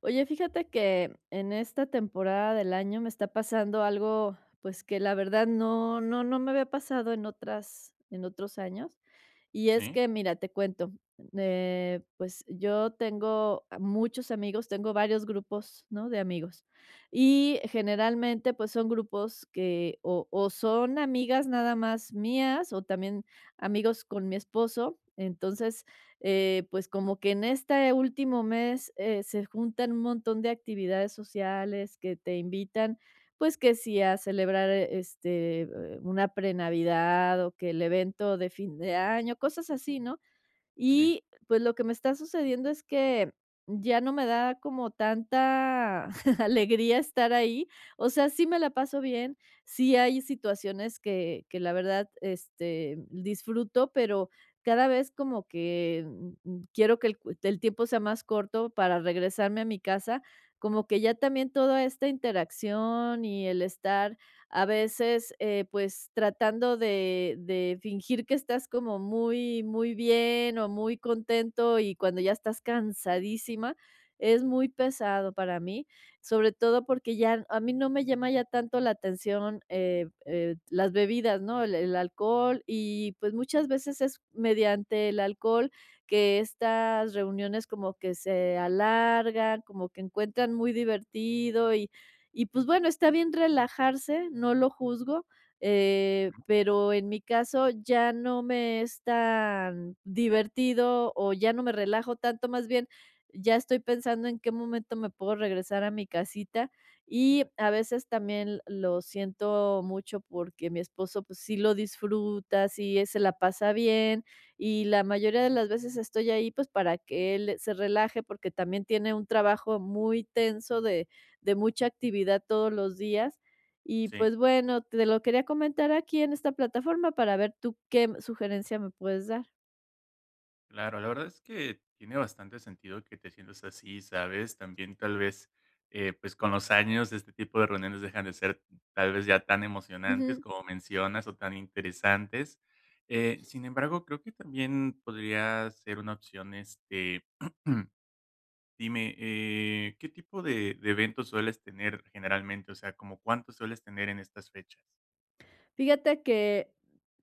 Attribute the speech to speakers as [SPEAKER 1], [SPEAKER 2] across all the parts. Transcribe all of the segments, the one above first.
[SPEAKER 1] Oye, fíjate que en esta temporada del año me está pasando algo, pues que la verdad no, no, no me había pasado en otras, en otros años. Y es
[SPEAKER 2] Sí,
[SPEAKER 1] que, mira, te cuento, pues yo tengo a muchos amigos, tengo varios grupos, ¿no? De amigos. Y generalmente, pues son grupos que o son amigas nada más mías o también amigos con mi esposo. Entonces, pues como que en este último mes se juntan un montón de actividades sociales que te invitan pues que si a celebrar, este, una pre-navidad o que el evento de fin de año, cosas así, ¿no?
[SPEAKER 2] sí,
[SPEAKER 1] Y, pues, lo que me está sucediendo es que ya no me da como tanta alegría estar ahí. O sea, sí me la paso bien, sí hay situaciones que la verdad, este, disfruto, pero cada vez como que, quiero que el tiempo sea más corto para regresarme a mi casa, como que ya también toda esta interacción y el estar, a veces, pues, tratando de fingir que estás como muy muy bien o muy contento, y cuando ya estás cansadísima, es muy pesado para mí, sobre todo porque ya a mí no me llama ya tanto la atención, las bebidas, ¿no? El alcohol y, pues, muchas veces es mediante el alcohol que estas reuniones como que se alargan, como que encuentran muy divertido y pues bueno, está bien relajarse, no lo juzgo, pero en mi caso ya no me es tan divertido o ya no me relajo tanto, más bien ya estoy pensando en qué momento me puedo regresar a mi casita y a veces también lo siento mucho porque mi esposo pues sí lo disfruta, sí se la pasa bien y la mayoría de las veces estoy ahí pues para que él se relaje porque también tiene un trabajo muy tenso de mucha actividad todos los días. Y
[SPEAKER 2] sí,
[SPEAKER 1] pues bueno, te lo quería comentar aquí en esta plataforma para ver tú qué sugerencia me puedes dar.
[SPEAKER 2] claro. La verdad es que tiene bastante sentido que te sientas así, ¿sabes? También tal vez, pues con los años este tipo de reuniones dejan de ser tal vez ya tan emocionantes
[SPEAKER 1] Ujú.
[SPEAKER 2] como mencionas o tan interesantes. Sin embargo, creo que también podría ser una opción, este, dime, ¿qué tipo de eventos sueles tener generalmente? O sea, ¿como cuántos sueles tener en estas fechas?
[SPEAKER 1] Fíjate que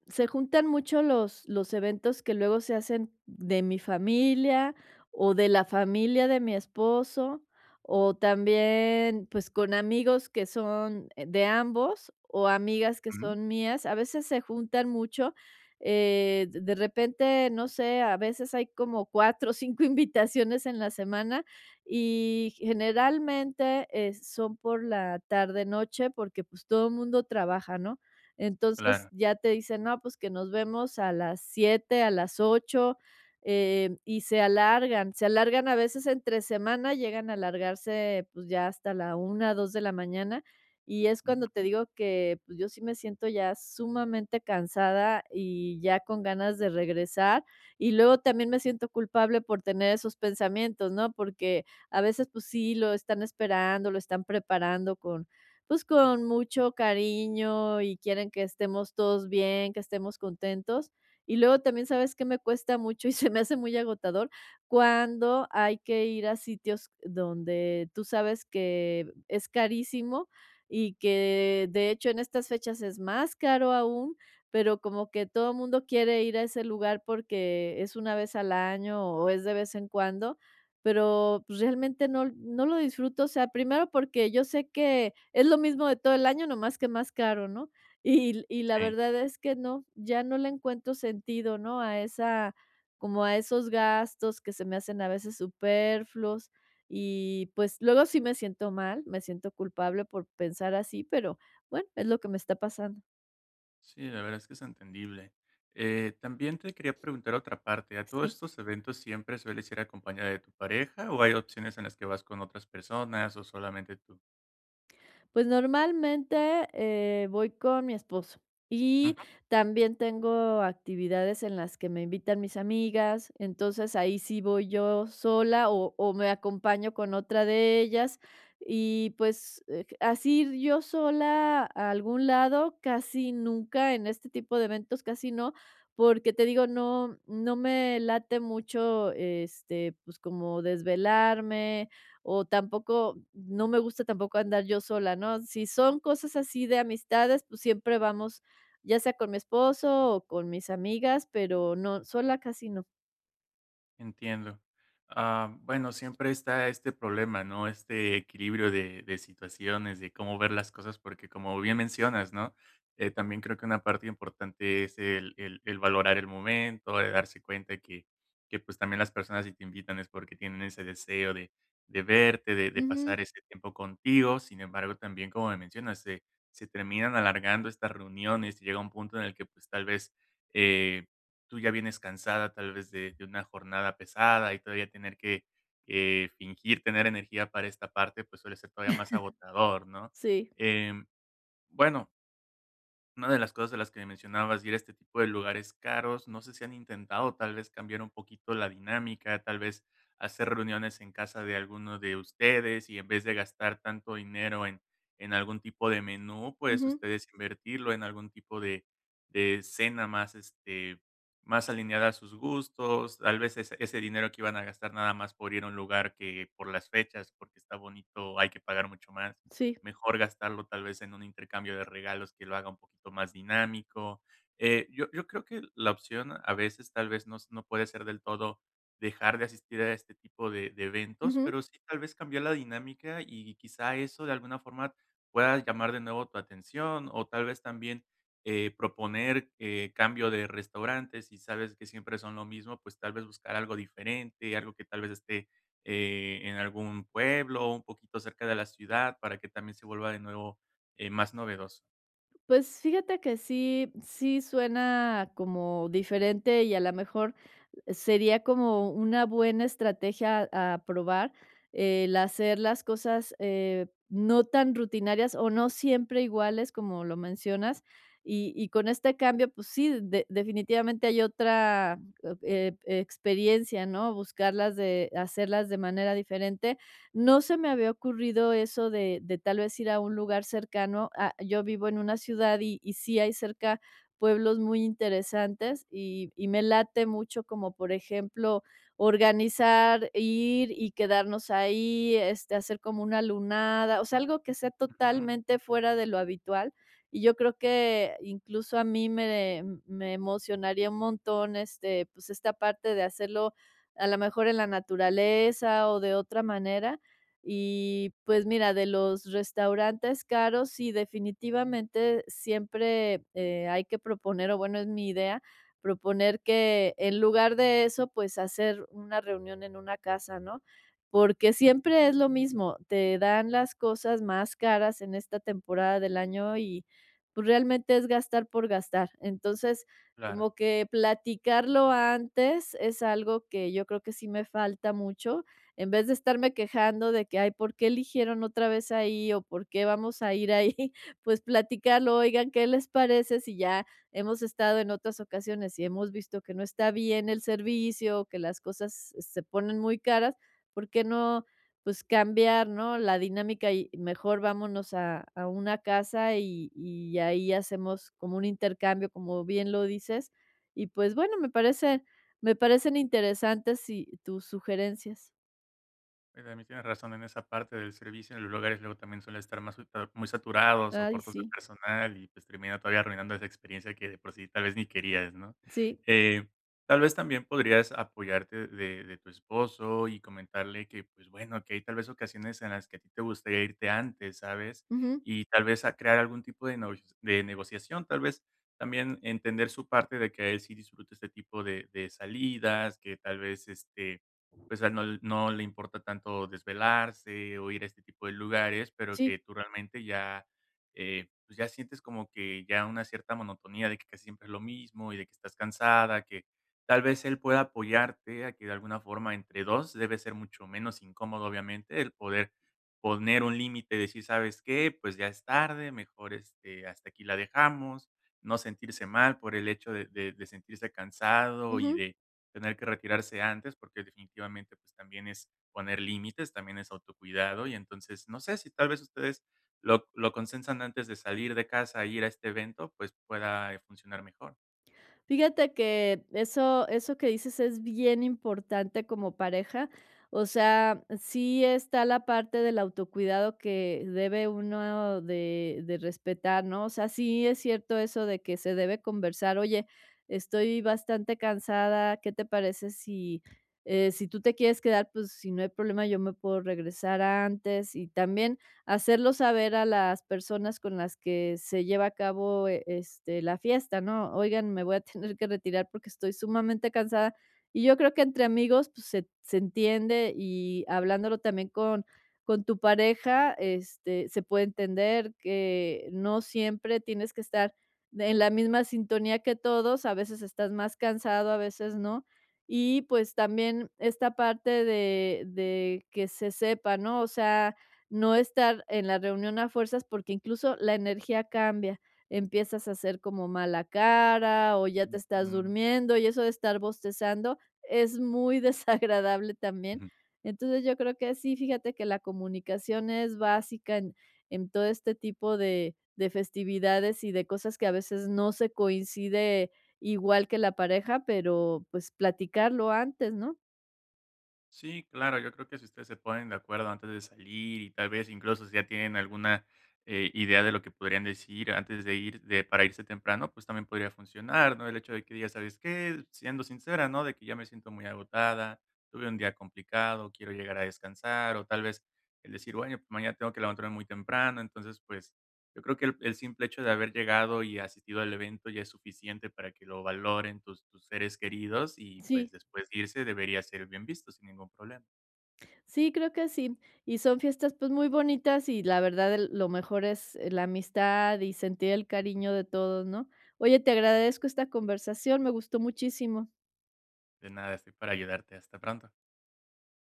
[SPEAKER 1] se juntan mucho los eventos que luego se hacen de mi familia, o de la familia de mi esposo, o también, pues, con amigos que son, de ambos, o amigas que
[SPEAKER 2] Ujú.
[SPEAKER 1] son mías. A veces se juntan mucho, de repente, no sé, a veces hay como 4 o 5 invitaciones en la semana, y generalmente, son por la tarde noche, porque, pues, todo el mundo trabaja, ¿no? Entonces,
[SPEAKER 2] Claro,
[SPEAKER 1] ya te dicen: "No, pues que nos vemos a las 7 a las 8 y se alargan a veces entre semana, llegan a alargarse, pues, ya hasta la una 2 de la mañana, y es cuando
[SPEAKER 2] ujú,
[SPEAKER 1] te digo que, pues, yo sí me siento ya sumamente cansada y ya con ganas de regresar, y luego también me siento culpable por tener esos pensamientos, ¿no? Porque a veces, pues sí, lo están esperando, lo están preparando con pues, con mucho cariño y quieren que estemos todos bien, que estemos contentos. Y luego también, ¿sabes que me cuesta mucho y se me hace muy agotador? Cuando hay que ir a sitios donde tú sabes que es carísimo y que de hecho en estas fechas es más caro aún, pero como que todo el mundo quiere ir a ese lugar porque es una vez al año o es de vez en cuando pero pues, realmente no lo disfruto, o sea, primero porque yo sé que es lo mismo de todo el año, nomás que más caro, ¿no? Y la
[SPEAKER 2] sí.
[SPEAKER 1] verdad es que no, ya no le encuentro sentido, ¿no? A esa como a esos gastos que se me hacen a veces superfluos y, pues, luego sí me siento mal, me siento culpable por pensar así, pero bueno, es lo que me está pasando.
[SPEAKER 2] Sí, la verdad es que es entendible. También te quería preguntar otra parte. ¿A todos
[SPEAKER 1] Sí.
[SPEAKER 2] estos eventos siempre sueles ir acompañada de tu pareja o hay opciones en las que vas con otras personas o solamente tú?
[SPEAKER 1] Pues normalmente, voy con mi esposo y también tengo actividades en las que me invitan mis amigas, entonces ahí sí voy yo sola o me acompaño con otra de ellas y, pues, así ir yo sola a algún lado casi nunca, en este tipo de eventos casi no, porque te digo, no me late mucho, este, pues, como desvelarme, o tampoco no me gusta tampoco andar yo sola, ¿no? Si son cosas así de amistades, pues siempre vamos, ya sea con mi esposo o con mis amigas, pero no, sola casi no.
[SPEAKER 2] Entiendo. Ah, bueno, siempre está este problema, ¿no? Este equilibrio de situaciones, de cómo ver las cosas, porque como bien mencionas, ¿no? También creo que una parte importante es el valorar el momento, de darse cuenta que pues también las personas si te invitan es porque tienen ese deseo de verte, de
[SPEAKER 1] Ujú,
[SPEAKER 2] pasar ese tiempo contigo. Sin embargo, también como me mencionas, se terminan alargando estas reuniones y llega un punto en el que pues tal vez, eh, tú ya vienes cansada tal vez de una jornada pesada y todavía tener que fingir tener energía para esta parte, pues suele ser todavía más agotador, ¿no?
[SPEAKER 1] sí,
[SPEAKER 2] Em, bueno, una de las cosas de las que me mencionabas, ir a este tipo de lugares caros, no sé si han intentado tal vez cambiar un poquito la dinámica, tal vez hacer reuniones en casa de alguno de ustedes y en vez de gastar tanto dinero en algún tipo de menú, pues
[SPEAKER 1] ujú,
[SPEAKER 2] ustedes invertirlo en algún tipo de cena más, este, más alineada a sus gustos, tal vez ese, ese dinero que iban a gastar nada más por ir a un lugar que por las fechas, porque está bonito, hay que pagar mucho más.
[SPEAKER 1] sí,
[SPEAKER 2] Mejor gastarlo tal vez en un intercambio de regalos que lo haga un poquito más dinámico. Yo creo que la opción a veces tal vez no puede ser del todo dejar de asistir a este tipo de eventos,
[SPEAKER 1] ujú.
[SPEAKER 2] pero sí tal vez cambiar la dinámica y quizá eso de alguna forma pueda llamar de nuevo tu atención o tal vez también, proponer, cambio de restaurantes, si sabes que siempre son lo mismo, pues tal vez buscar algo diferente, algo que tal vez esté en algún pueblo, un poquito cerca de la ciudad, para que también se vuelva de nuevo, más novedoso.
[SPEAKER 1] Pues fíjate que sí, sí suena como diferente y a lo mejor sería como una buena estrategia a probar el hacer las cosas, no tan rutinarias o no siempre iguales, como lo mencionas. Y con este cambio, pues sí, de definitivamente hay otra, experiencia, ¿no? Buscarlas de hacerlas de manera diferente. No se me había ocurrido eso de tal vez ir a un lugar cercano. Ah, yo vivo en una ciudad y sí hay cerca pueblos muy interesantes y me late mucho como, por ejemplo, organizar, ir y quedarnos ahí, este, hacer como una lunada, o sea, algo que sea
[SPEAKER 2] Ujú,
[SPEAKER 1] totalmente fuera de lo habitual. Y yo creo que incluso a mí me emocionaría un montón, este, pues, esta parte de hacerlo a lo mejor en la naturaleza o de otra manera. Y pues mira, de los restaurantes caros, sí, definitivamente siempre hay que proponer, o bueno, es mi idea, proponer que en lugar de eso, pues hacer una reunión en una casa, ¿no? Porque siempre es lo mismo, te dan las cosas más caras en esta temporada del año y pues realmente es gastar por gastar. Entonces,
[SPEAKER 2] claro.
[SPEAKER 1] como que platicarlo antes es algo que yo creo que sí me falta mucho en vez de estarme quejando de que: "Ay, ¿por qué eligieron otra vez ahí?, o, ¿por qué vamos a ir ahí?", pues platicarlo: "Oigan, ¿qué les parece si ya hemos estado en otras ocasiones y hemos visto que no está bien el servicio, que las cosas se ponen muy caras? ¿Por qué no, pues, cambiar, no, la dinámica y mejor vámonos a una casa y ahí hacemos como un intercambio", como bien lo dices. Y, pues, bueno, me parecen interesantes y tus sugerencias.
[SPEAKER 2] También tienes razón en esa parte del servicio, en los lugares luego también suelen estar más sata muy saturados o
[SPEAKER 1] Ay,
[SPEAKER 2] cortos de
[SPEAKER 1] sí,
[SPEAKER 2] personal y, pues, termina todavía arruinando esa experiencia que de por sí tal vez ni querías, ¿no?
[SPEAKER 1] sí,
[SPEAKER 2] Eh, tal vez también podrías apoyarte de tu esposo y comentarle que, pues, bueno, que hay tal vez ocasiones en las que a ti te gustaría irte antes, ¿sabes?
[SPEAKER 1] ujú,
[SPEAKER 2] Y tal vez a crear algún tipo de novios de negociación, tal vez también entender su parte de que él sí disfruta este tipo de salidas, que tal vez, este pues, a él no le importa tanto desvelarse o ir a este tipo de lugares, pero que
[SPEAKER 1] sí,
[SPEAKER 2] tú realmente ya, pues, ya sientes como que ya una cierta monotonía de que casi siempre es lo mismo y de que estás cansada, que tal vez él pueda apoyarte a que de alguna forma entre 2 debe ser mucho menos incómodo, obviamente, el poder poner un límite, decir: "¿Sabes qué? Pues, ya es tarde, mejor, este, hasta aquí la dejamos", no sentirse mal por el hecho de sentirse cansado y
[SPEAKER 1] ujú.
[SPEAKER 2] de tener que retirarse antes, porque definitivamente, pues, también es poner límites, también es autocuidado, y entonces, no sé si tal vez ustedes lo consensan antes de salir de casa, e ir a este evento, pues, pueda funcionar mejor.
[SPEAKER 1] Fíjate que eso que dices es bien importante como pareja, o sea, sí está la parte del autocuidado que debe uno de respetar, ¿no? O sea, sí es cierto eso de que se debe conversar: "Oye, estoy bastante cansada, ¿qué te parece si, si tú te quieres quedar, pues, si no hay problema, yo me puedo regresar antes", y también hacerlo saber a las personas con las que se lleva a cabo, este, la fiesta, ¿no? Oigan, me voy a tener que retirar porque estoy sumamente cansada. Y yo creo que entre amigos, pues, se entiende y hablándolo también con tu pareja, este, se puede entender que no siempre tienes que estar en la misma sintonía que todos, a veces estás más cansado, a veces no. Y, pues, también esta parte de que se sepa, ¿no? O sea, no estar en la reunión a fuerzas, porque incluso la energía cambia, empiezas a hacer como mala cara o ya te estás
[SPEAKER 2] Ujú.
[SPEAKER 1] durmiendo y eso de estar bostezando es muy desagradable también.
[SPEAKER 2] Mm.
[SPEAKER 1] Entonces, yo creo que sí, fíjate que la comunicación es básica en todo este tipo de festividades y de cosas que a veces no se coincide igual que la pareja, pero, pues, platicarlo antes, ¿no?
[SPEAKER 2] Sí, claro, yo creo que si ustedes se ponen de acuerdo antes de salir y tal vez incluso si ya tienen alguna idea de lo que podrían decir antes de ir, de, para irse temprano, pues también podría funcionar, ¿no? El hecho de que digas, ¿sabes qué? Siendo sincera, ¿no? De que ya me siento muy agotada, tuve un día complicado, quiero llegar a descansar, o tal vez el decir, bueno, pues mañana tengo que levantarme muy temprano, entonces pues yo creo que el simple hecho de haber llegado y asistido al evento ya es suficiente para que lo valoren tus seres queridos y, pues,
[SPEAKER 1] Sí.
[SPEAKER 2] después de irse debería ser bien visto sin ningún problema.
[SPEAKER 1] Sí, creo que sí. Y son fiestas, pues, muy bonitas y la verdad el lo mejor es la amistad y sentir el cariño de todos, ¿no? Oye, te agradezco esta conversación, me gustó muchísimo.
[SPEAKER 2] De nada, estoy para ayudarte. Hasta pronto.